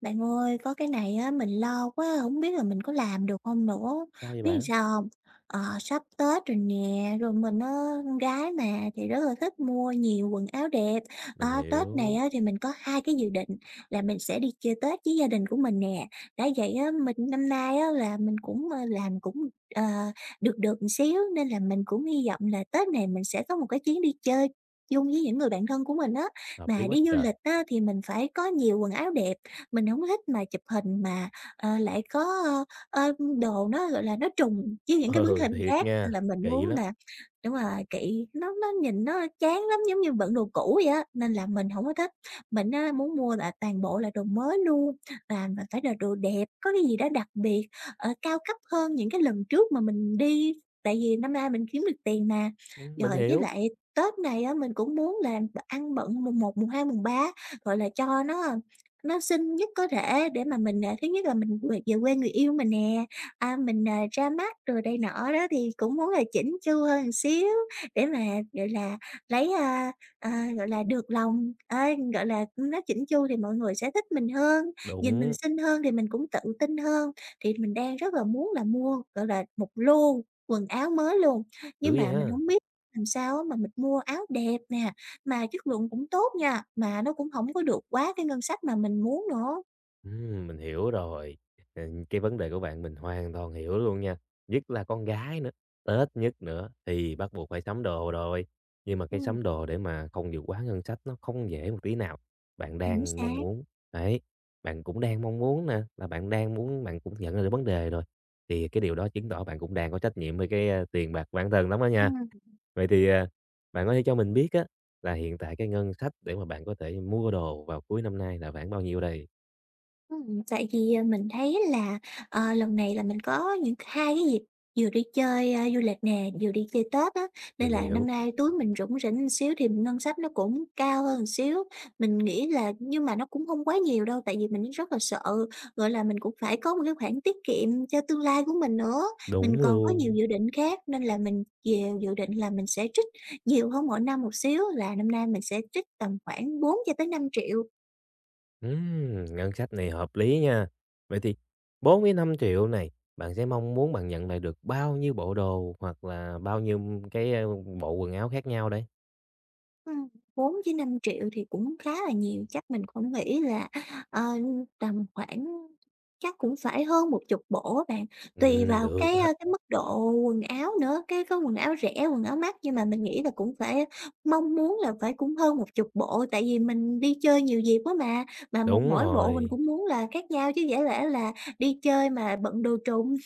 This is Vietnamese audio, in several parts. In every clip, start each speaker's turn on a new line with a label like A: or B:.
A: Bạn ơi, có cái này á, mình lo quá, không biết là mình có làm được không nữa.
B: Sao vậy
A: Biết làm
B: bạn?
A: sao không? Sắp Tết rồi nè, rồi mình á, con gái mà, thì rất là thích mua nhiều quần áo đẹp.
B: Mình
A: Tết này
B: hiểu,
A: á, thì mình có hai cái dự định là mình sẽ đi chơi Tết với gia đình của mình nè. Đã vậy á, mình năm nay á, là mình cũng, làm cũng, ờ, được được một xíu, nên là mình cũng hy vọng là Tết này mình sẽ có một cái chuyến đi chơi chung với những người bạn thân của mình á.
B: hợp lý
A: Mà
B: quá
A: đi du
B: trời.
A: lịch á, thì mình phải có nhiều quần áo đẹp. Mình không thích mà chụp hình mà, lại có, ơ, ơ, đồ nó, gọi là, nó trùng với những cái bức
B: Ừ,
A: hình
B: thiệt
A: khác, nên
B: nha,
A: là mình
B: kỳ
A: muốn
B: lắm.
A: là đúng rồi, kỹ nó nhìn nó chán lắm, giống như bận đồ cũ vậy á, nên là mình không có thích. Mình á muốn mua là toàn bộ là đồ mới luôn, và phải là đồ đẹp, có cái gì đó đặc biệt, cao cấp hơn những cái lần trước mà mình đi, tại vì năm nay mình kiếm được tiền mà.
B: Mình
A: Rồi với
B: hiểu,
A: lại Tết này á, mình cũng muốn là ăn bận mùng một mùng 2 mùng 3 gọi là, cho nó nó xinh nhất có thể để mà mình, thứ nhất là mình về về quê người yêu mình nè, mình, ra mắt rồi đây nọ đó thì cũng muốn là chỉnh chu hơn một xíu để mà, gọi là, lấy, gọi là, được lòng, ấy, gọi là, nó chỉnh chu thì mọi người sẽ thích mình hơn, nhìn mình
B: đúng,
A: xinh hơn thì mình cũng tự tin hơn. Thì mình đang rất là muốn là mua, gọi là, một lô quần áo mới luôn,
B: cứ
A: nhưng
B: vậy
A: mà mình
B: ha.
A: không biết làm sao mà mình mua áo đẹp nè, mà chất lượng cũng tốt nha, mà nó cũng hổng có được quá cái ngân sách mà mình muốn nữa.
B: Mình hiểu rồi. Ừ, cái vấn đề của bạn mình hoàn toàn hiểu luôn nha, nhất là con gái nữa, Tết nhất nữa thì bắt buộc phải sắm đồ rồi. Nhưng mà cái
A: Ừm,
B: sắm đồ để mà không vượt quá ngân sách nó không dễ một tí nào. Bạn
A: chính
B: đang mong
A: xác.
B: muốn, đấy, bạn cũng đang mong muốn nè, là bạn đang muốn bạn cũng nhận ra được vấn đề rồi. Thì cái điều đó chứng tỏ bạn cũng đang có trách nhiệm với cái, tiền bạc của bản thân lắm đó nha.
A: Ừm.
B: Vậy thì, à, bạn có thể cho mình biết á, là hiện tại cái ngân sách để mà bạn có thể mua đồ vào cuối năm nay là khoảng bao nhiêu đây?
A: Tại vì, mình thấy là, lần này là mình có những hai cái dịp vừa đi chơi, du lịch nè, vừa đi chơi Tết á, nên
B: Mình
A: là
B: hiểu,
A: năm nay túi mình rủng rỉnh một xíu thì ngân sách nó cũng cao hơn một xíu. Mình nghĩ là nhưng mà nó cũng không quá nhiều đâu, tại vì mình rất là sợ, gọi là, mình cũng phải có một cái khoản tiết kiệm cho tương lai của mình nữa. Mình
B: đúng
A: còn có nhiều
B: luôn.
A: dự định khác nên là mình dèo dự định là mình sẽ trích nhiều hơn mỗi năm một xíu, là năm nay mình sẽ trích tầm khoảng 4 cho tới 5 triệu.
B: Ngân sách này hợp lý nha. Vậy thì 45.000.000 này, bạn sẽ mong muốn bạn nhận lại được bao nhiêu bộ đồ hoặc là bao nhiêu cái, bộ quần áo khác nhau đấy?
A: Ừm, 4 000 000 5 thì cũng khá là nhiều, chắc mình cũng nghĩ là, ờ, tầm khoảng chắc cũng phải hơn một chục bộ á bạn, tùy vào
B: Được
A: cái,
B: á,
A: cái mức độ quần áo nữa, cái có quần áo rẻ, quần áo mắc, nhưng mà mình nghĩ là cũng phải mong muốn là phải cũng hơn một chục bộ, tại vì mình đi chơi nhiều dịp quá mà một
B: đúng
A: mỗi bộ mình
B: rồi.
A: cũng muốn là khác nhau chứ dễ lẽ là đi chơi mà bận đồ trùng.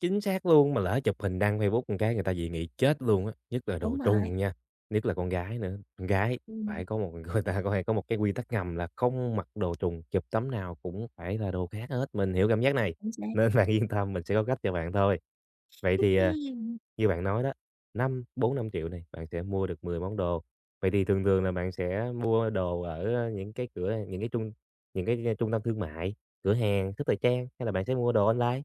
B: Chính xác luôn, mà lỡ chụp hình đăng Facebook một cái người ta dị nghị chết luôn á, nhất là đồ
A: Đúng rồi,
B: Trung nha, nhất là con gái nữa. Con gái
A: ừm,
B: phải có một người ta có hay có một cái quy tắc ngầm là không mặc đồ Trung, chụp tấm nào cũng phải là đồ khác hết, mình hiểu cảm giác này,
A: chính xác.
B: nên bạn yên tâm mình sẽ có cách cho bạn thôi. Vậy thì, à,
A: Ừm.
B: như bạn nói đó, năm bốn năm triệu này, bạn sẽ mua được 10 món đồ. Vậy thì thường thường là bạn sẽ mua đồ ở những cái cửa những cái trung tâm thương mại, cửa hàng, thức thời trang hay là bạn sẽ mua đồ online?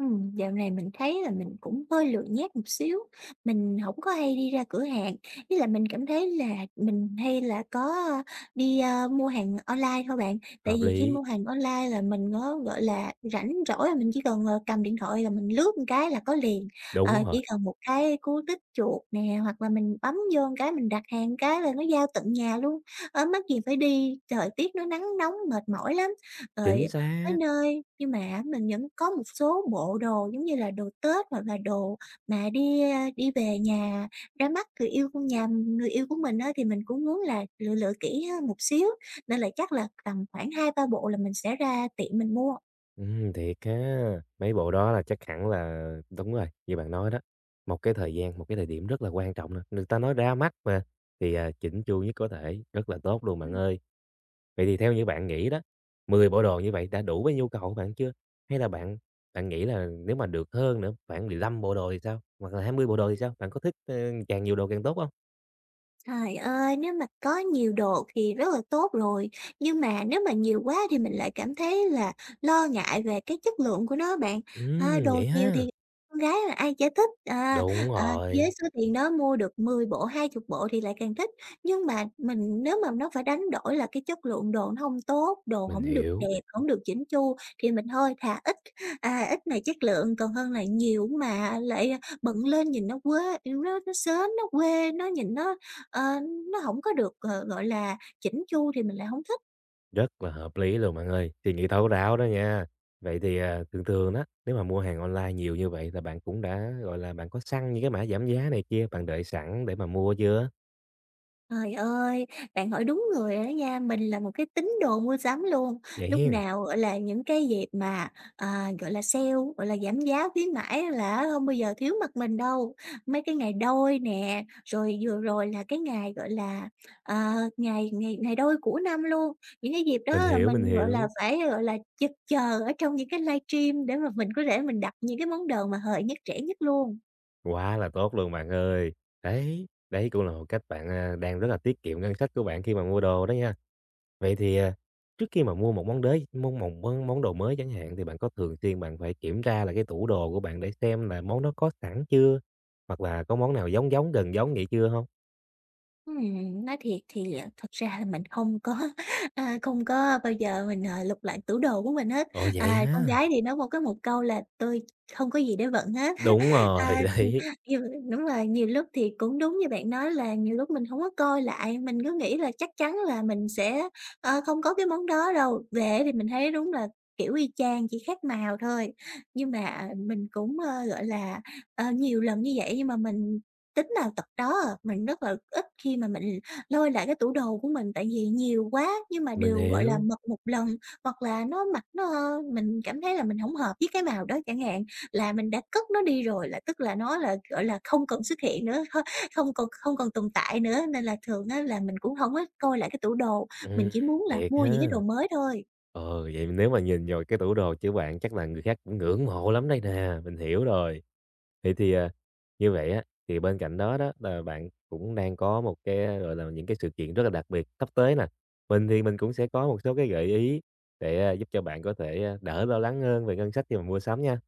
A: Dạo này mình thấy là mình cũng hơi lười nhác một xíu, mình không có hay đi ra cửa hàng, với là mình cảm thấy là mình hay là có ờ, đi, mua hàng online thôi bạn. Tại
B: Hợp
A: vì khi
B: lý.
A: mua hàng online là mình có, gọi là, rảnh rỗi là mình chỉ cần, cầm điện thoại là mình lướt một cái là có liền,
B: Đúng rồi,
A: chỉ cần một cái cú tích chuột nè, hoặc là mình bấm vô một cái mình đặt hàng cái là nó giao tận nhà luôn, mắc gì phải đi, thời tiết nó nắng nóng mệt mỏi lắm. Rồi
B: chính
A: tới
B: xác.
A: nơi, nhưng mà á mình vẫn có một số bộ đồ giống như là đồ Tết hoặc là đồ mà đi, đi về nhà ra mắt người yêu của nhà người yêu của mình á, thì mình cũng muốn là lựa lựa kỹ hơn một xíu, nên là chắc là tầm khoảng hai ba bộ là mình sẽ ra tiệm mình mua.
B: Thiệt ha. Mấy bộ đó là chắc hẳn là đúng rồi, như bạn nói đó, một cái thời gian, một cái thời điểm rất là quan trọng nè. Người ta nói ra mắt mà, thì, à, chỉnh chu nhất có thể, rất là tốt luôn bạn
A: Ừm.
B: ơi. Vậy thì theo như bạn nghĩ đó, 10 bộ đồ như vậy đã đủ với nhu cầu của bạn chưa? Hay là bạn bạn nghĩ là nếu mà được hơn nữa, khoảng 15 bộ đồ thì sao? Hoặc là 20 bộ đồ thì sao? Bạn có thích, càng nhiều đồ càng tốt không?
A: Trời ơi, nếu mà có nhiều đồ thì rất là tốt rồi, nhưng mà nếu mà nhiều quá thì mình lại cảm thấy là lo ngại về cái chất lượng của nó bạn. À, đồ
B: Vậy
A: nhiều
B: ha.
A: thì con gái là ai chả thích,
B: Đúng
A: à, với
B: rồi,
A: số tiền đó mua được 10 bộ, 20 bộ thì lại càng thích. Nhưng mà mình nếu mà nó phải đánh đổi là cái chất lượng đồ nó không tốt, đồ
B: mình
A: không được
B: hiểu.
A: đẹp, không được chỉnh chu thì mình thôi thà ít, ít mà chất lượng còn hơn là nhiều mà lại bận lên nhìn nó quê nó sến, nó quê, nó nhìn Ờ, nó hổng có được, gọi là, chỉn chu thì mình lại hổng thích.
B: Rất là hợp lý luôn bạn ơi, suy nghĩ thấu đáo đó nha. Vậy thì, à, thường thường đó, nếu mà mua hàng online nhiều như vậy là bạn cũng đã, gọi là, bạn có săn những cái mã giảm giá này kia, bạn đợi sẵn để mà mua chưa?
A: Trời ơi, bạn hỏi đúng người rồi đó nha, mình là một cái tín đồ mua sắm luôn,
B: Vậy
A: lúc
B: hen?
A: nào, gọi là, những cái dịp mà, gọi là, sale, gọi là, giảm giá khuyến mãi á là á hông bao giờ thiếu mặt mình đâu. Mấy cái ngày đôi nè, rồi vừa rồi là cái ngày, gọi là, ờ, ngày ngày ngày đôi của năm luôn. Những cái dịp
B: Mình
A: đó là
B: hiểu, mình
A: mình, gọi
B: hiểu.
A: là, phải, gọi là, chực chờ ở trong những cái livestream để mà mình có thể mình đặt những cái món đồ mà hời nhất, rẻ nhất luôn.
B: Quá là tốt luôn bạn ơi. Đấy, đấy cũng là một cách bạn, đang rất là tiết kiệm ngân sách của bạn khi mà mua đồ đó nha. Vậy thì, à, trước khi mà mua một món đế, món một món món đồ mới chẳng hạn, thì bạn có thường xuyên bạn phải kiểm tra là cái tủ đồ của bạn để xem là món đó có sẵn chưa? Hoặc là có món nào giống giống, gần giống vậy chưa không?
A: Nói thiệt thì, thật ra là mình không có, không có bao giờ mình, lục lại tủ đồ của mình hết.
B: Ồ, vậy
A: À, con
B: ha?
A: gái thì nói một câu là "Tôi không có gì để bận hết."
B: Đúng rồi,
A: À
B: đấy,
A: nhiều đúng rồi, nhiều lúc thì cũng đúng như bạn nói là nhiều lúc mình hổng có coi lại, mình cứ nghĩ là chắc chắn là mình sẽ, không có cái món đó đâu, về thì mình thấy đúng là kiểu y chang, chỉ khác màu thôi. Nhưng mà mình cũng, gọi là, nhiều lần như vậy nhưng mà mình tính nào tật đó à, mình rất là ít khi mà mình lôi lại cái tủ đồ của mình, tại vì nhiều quá nhưng mà
B: mình
A: đều, gọi là,
B: hiểu.
A: mặc một lần, hoặc là nó mặc nó, mình cảm thấy là mình hổng hợp với cái màu đó chẳng hạn là mình đã cất nó đi rồi, là tức là nó là, gọi là, không còn xuất hiện nữa, không còn tồn tại nữa. Nên là thường á là mình cũng không có coi lại cái tủ đồ, mình
B: Ừm,
A: chỉ muốn là
B: thiệt
A: mua những cái
B: ha.
A: đồ mới thôi.
B: Ờ, vậy nếu mà nhìn vào cái tủ đồ của bạn chắc là người khác cũng ngưỡng mộ lắm đây nè, mình hiểu rồi. Vậy thì, à, như vậy á, thì bên cạnh đó đó là bạn cũng đang có một cái, gọi là, những cái sự kiện rất là đặc biệt sắp tới nè. Mình thì mình cũng sẽ có một số cái gợi ý để, giúp cho bạn có thể, đỡ lo lắng hơn về ngân sách khi mà mua sắm nha.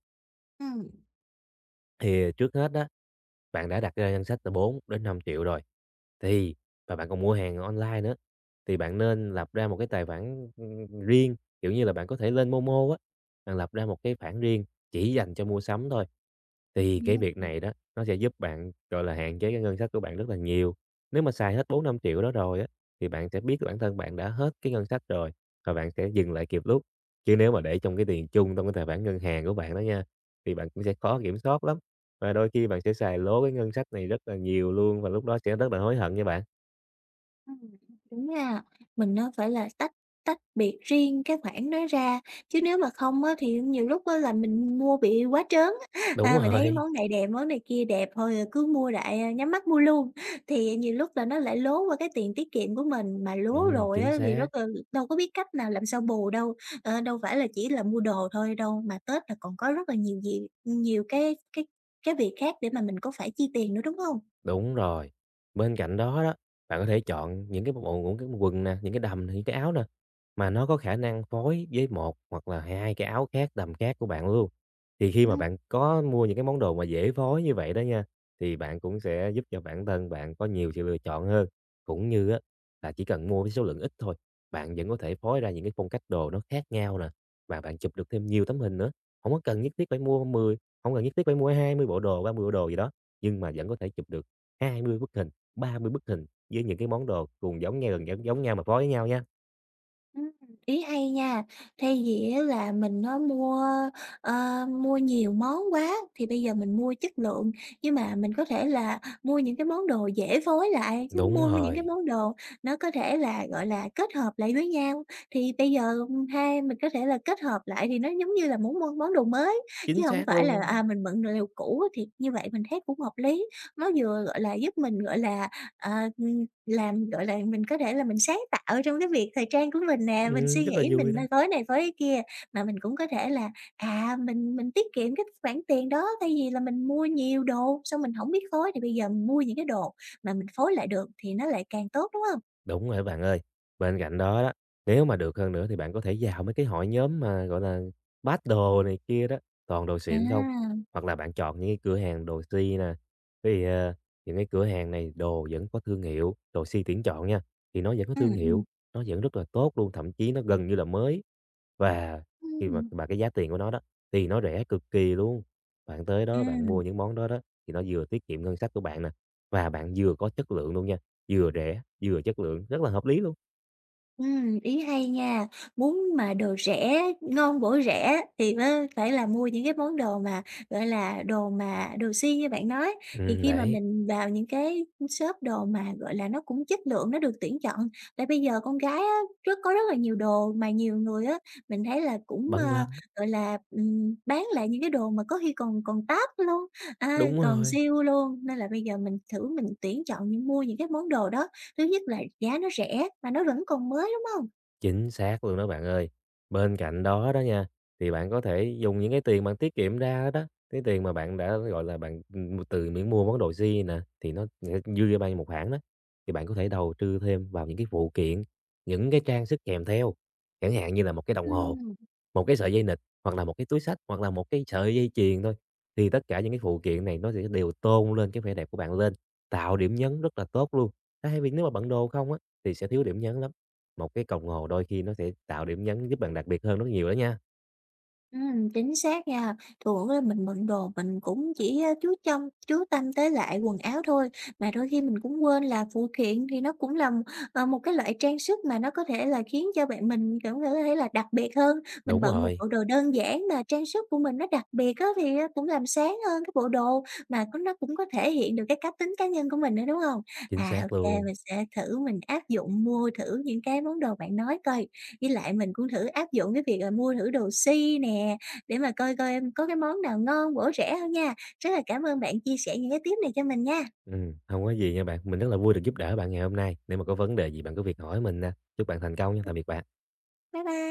B: Thì trước hết đó bạn đã đặt ra danh sách từ bốn đến năm triệu rồi, thì và bạn còn mua hàng online nữa, thì bạn nên lập ra một cái tài khoản, riêng, kiểu như là, bạn có thể lên Momo á, bạn lập ra một cái khoản riêng chỉ dành cho mua sắm thôi. Thì cái
A: Ừm.
B: việc này đó, nó sẽ giúp bạn, gọi là, hạn chế cái ngân sách của bạn rất là nhiều. Nếu mà xài hết bốn năm triệu đó rồi á, thì bạn sẽ biết bản thân bạn đã hết cái ngân sách rồi và bạn sẽ dừng lại kịp lúc. Chứ nếu mà để trong cái tiền chung trong cái tài khoản ngân hàng của bạn đó nha, thì bạn cũng sẽ khó kiểm soát lắm. Và đôi khi bạn sẽ xài lố cái ngân sách này rất là nhiều luôn và lúc đó sẽ rất là hối hận nha bạn.
A: Ừm, đúng nha. Mình nó phải là tách tách biệt riêng cái khoản đó ra, chứ nếu mà không á thì nhiều lúc á là mình mua bị quá trớn á.
B: Đúng
A: À, mình thấy
B: rồi.
A: món này đẹp, món này kia đẹp thôi, cứ mua đại, nhắm mắt mua luôn. Thì nhiều lúc là nó lại lố qua cái tiền tiết kiệm của mình, mà lố rồi
B: Chính
A: á thì
B: xác.
A: rất là đâu có biết cách nào làm sao bù đâu. Đâu phải là chỉ là mua đồ thôi đâu, mà Tết là còn có rất là nhiều cái việc khác để mà mình có phải chi tiền nữa, đúng không?
B: Đúng rồi. Bên cạnh đó đó, bạn có thể chọn những cái bộ những cái quần nè, những cái đầm, nè, những cái áo nè, mà nó có khả năng phối với một hoặc là 2 cái áo khác, đầm khác của bạn luôn. Thì khi mà bạn có mua những cái món đồ mà dễ phối như vậy đó nha, thì bạn cũng sẽ giúp cho bản thân bạn có nhiều sự lựa chọn hơn. Cũng như á, là chỉ cần mua với số lượng ít thôi, bạn vẫn có thể phối ra những cái phong cách đồ nó khác nhau nè, và bạn chụp được thêm nhiều tấm hình nữa. Không có cần nhất thiết phải mua mười không cần nhất thiết phải mua 20 bộ đồ, 30 bộ đồ gì đó, nhưng mà vẫn có thể chụp được 20 bức hình, 30 bức hình với những cái món đồ cùng giống nhau, gần giống giống nhau mà phối với nhau nha.
A: Ừm, ý hay nha. Thay vì á là mình nó mua nhiều món quá thì bây giờ mình mua chất lượng, nhưng mà mình có thể là mua những cái món đồ dễ phối lại, chứ
B: Đúng
A: mua những cái
B: rồi.
A: món đồ nó có thể là, gọi là, kết hợp lại với nhau. Thì bây giờ hai mình có thể là kết hợp lại thì nó giống như là muốn mua món đồ mới, chứ
B: Chính
A: không
B: xác
A: phải là,
B: luôn,
A: mình mượn đồ cũ thì như vậy mình thấy cũng hợp lý. Nó vừa, gọi là, giúp mình, gọi là, à, làm, gọi là, mình có thể là mình sáng tạo trong cái việc thời trang của mình nè, mình suy
B: rất là
A: nghĩ
B: vui
A: mình
B: đó.
A: nên phối này phối cái kia, mà mình cũng có thể là, mình tiết kiệm cái khoản tiền đó, thay vì là mình mua nhiều đồ xong mình không biết phối thì bây giờ mình mua những cái đồ mà mình phối lại được thì nó lại càng tốt, đúng không?
B: Đúng rồi bạn ơi. Bên cạnh đó đó, nếu mà được hơn nữa thì bạn có thể vào mấy cái hội nhóm mà, gọi là, bát đồ này kia đó, toàn đồ
A: À,
B: xịn không. Hoặc là bạn chọn những cái cửa hàng đồ si nè, thì, những cái cửa hàng này đồ vẫn có thương hiệu, đồ si tuyển chọn nha, thì nó vẫn có
A: ừ
B: thương
A: ừ
B: hiệu, nó vẫn rất là tốt luôn, thậm chí nó gần như là mới. Và khi mà
A: ừ
B: mà cái giá tiền của nó đó thì nó rẻ cực kỳ luôn. Bạn tới đó bạn mua
A: ừ
B: những món đó đó thì nó vừa tiết kiệm ngân sách của bạn nè, và bạn vừa có chất lượng luôn nha, vừa rẻ, vừa chất lượng, rất là hợp lý luôn.
A: Ý hay nha. Muốn mà đồ rẻ, ngon bổ rẻ thì mới phải là mua những cái món đồ mà, gọi là, đồ mà đồ xuyên như bạn nói. Thì khi mà
B: Đấy,
A: mình vào những cái shop đồ mà, gọi là, nó cũng chất lượng, nó được tuyển chọn. Tại bây giờ con gái á, rất có rất là nhiều đồ mà nhiều người á, mình thấy là cũng,
B: bằng lăng,
A: gọi là, bán lại những cái đồ mà có khi còn còn táp luôn,
B: đúng
A: còn
B: rồi.
A: siêu luôn. Nên là bây giờ mình thử mình tuyển chọn, mình mua những cái món đồ đó. Thứ nhất là giá nó rẻ mà nó vẫn còn mới, đúng không?
B: Chính xác luôn đó bạn ơi. Bên cạnh đó đó nha, thì bạn có thể dùng những cái tiền bạn tiết kiệm ra đó, cái tiền mà bạn đã, gọi là, bạn, từ miễn mua món đồ si nè, thì nó sẽ dư ra bao nhiêu một khoản đó, thì bạn có thể đầu tư thêm vào những cái phụ kiện, những cái trang sức kèm theo, chẳng hạn như là một cái đồng hồ
A: Ừm.
B: một cái sợi dây nịt, hoặc là một cái túi xách, hoặc là một cái sợi dây chuyền thôi, thì tất cả những cái phụ kiện này nó sẽ đều tôn lên cái vẻ đẹp của bạn lên, tạo điểm nhấn rất là tốt luôn. Thay vì nếu mà bận đồ không á, thì sẽ thiếu điểm nhấn lắm. Một cái còng hồ đôi khi nó sẽ tạo điểm nhấn giúp bạn đặc biệt hơn rất nhiều đó nha.
A: Chính xác nha. Thường á mình bận đồ mình cũng chỉ, chú tâm tới lại quần áo thôi, mà đôi khi mình cũng quên là phụ kiện thì nó cũng là, một cái loại trang sức mà nó có thể là khiến cho bạn mình cảm thấy là đặc biệt hơn. Mình
B: Đúng
A: bận một
B: rồi,
A: bộ đồ đơn giản mà trang sức của mình nó đặc biệt á thì, cũng làm sáng hơn cái bộ đồ mà có nó cũng có thể hiện được cái cá tính cá nhân của mình nữa, đúng không?
B: chính
A: À,
B: xác
A: ok
B: luôn.
A: mình sẽ thử mình áp dụng mua thử những cái món đồ bạn nói coi. Với lại mình cũng thử áp dụng cái việc là mua thử đồ Si nè, để mà coi coi, em có cái món nào ngon bổ rẻ hông nha. Rất là cảm ơn bạn chia sẻ những cái tip này cho mình nha.
B: Hông có gì nha bạn, mình rất là vui được giúp đỡ bạn ngày hôm nay. Nếu mà có vấn đề gì bạn cứ việc hỏi mình nè. Chúc bạn thành công nha, tạm biệt bạn.
A: Bye bye.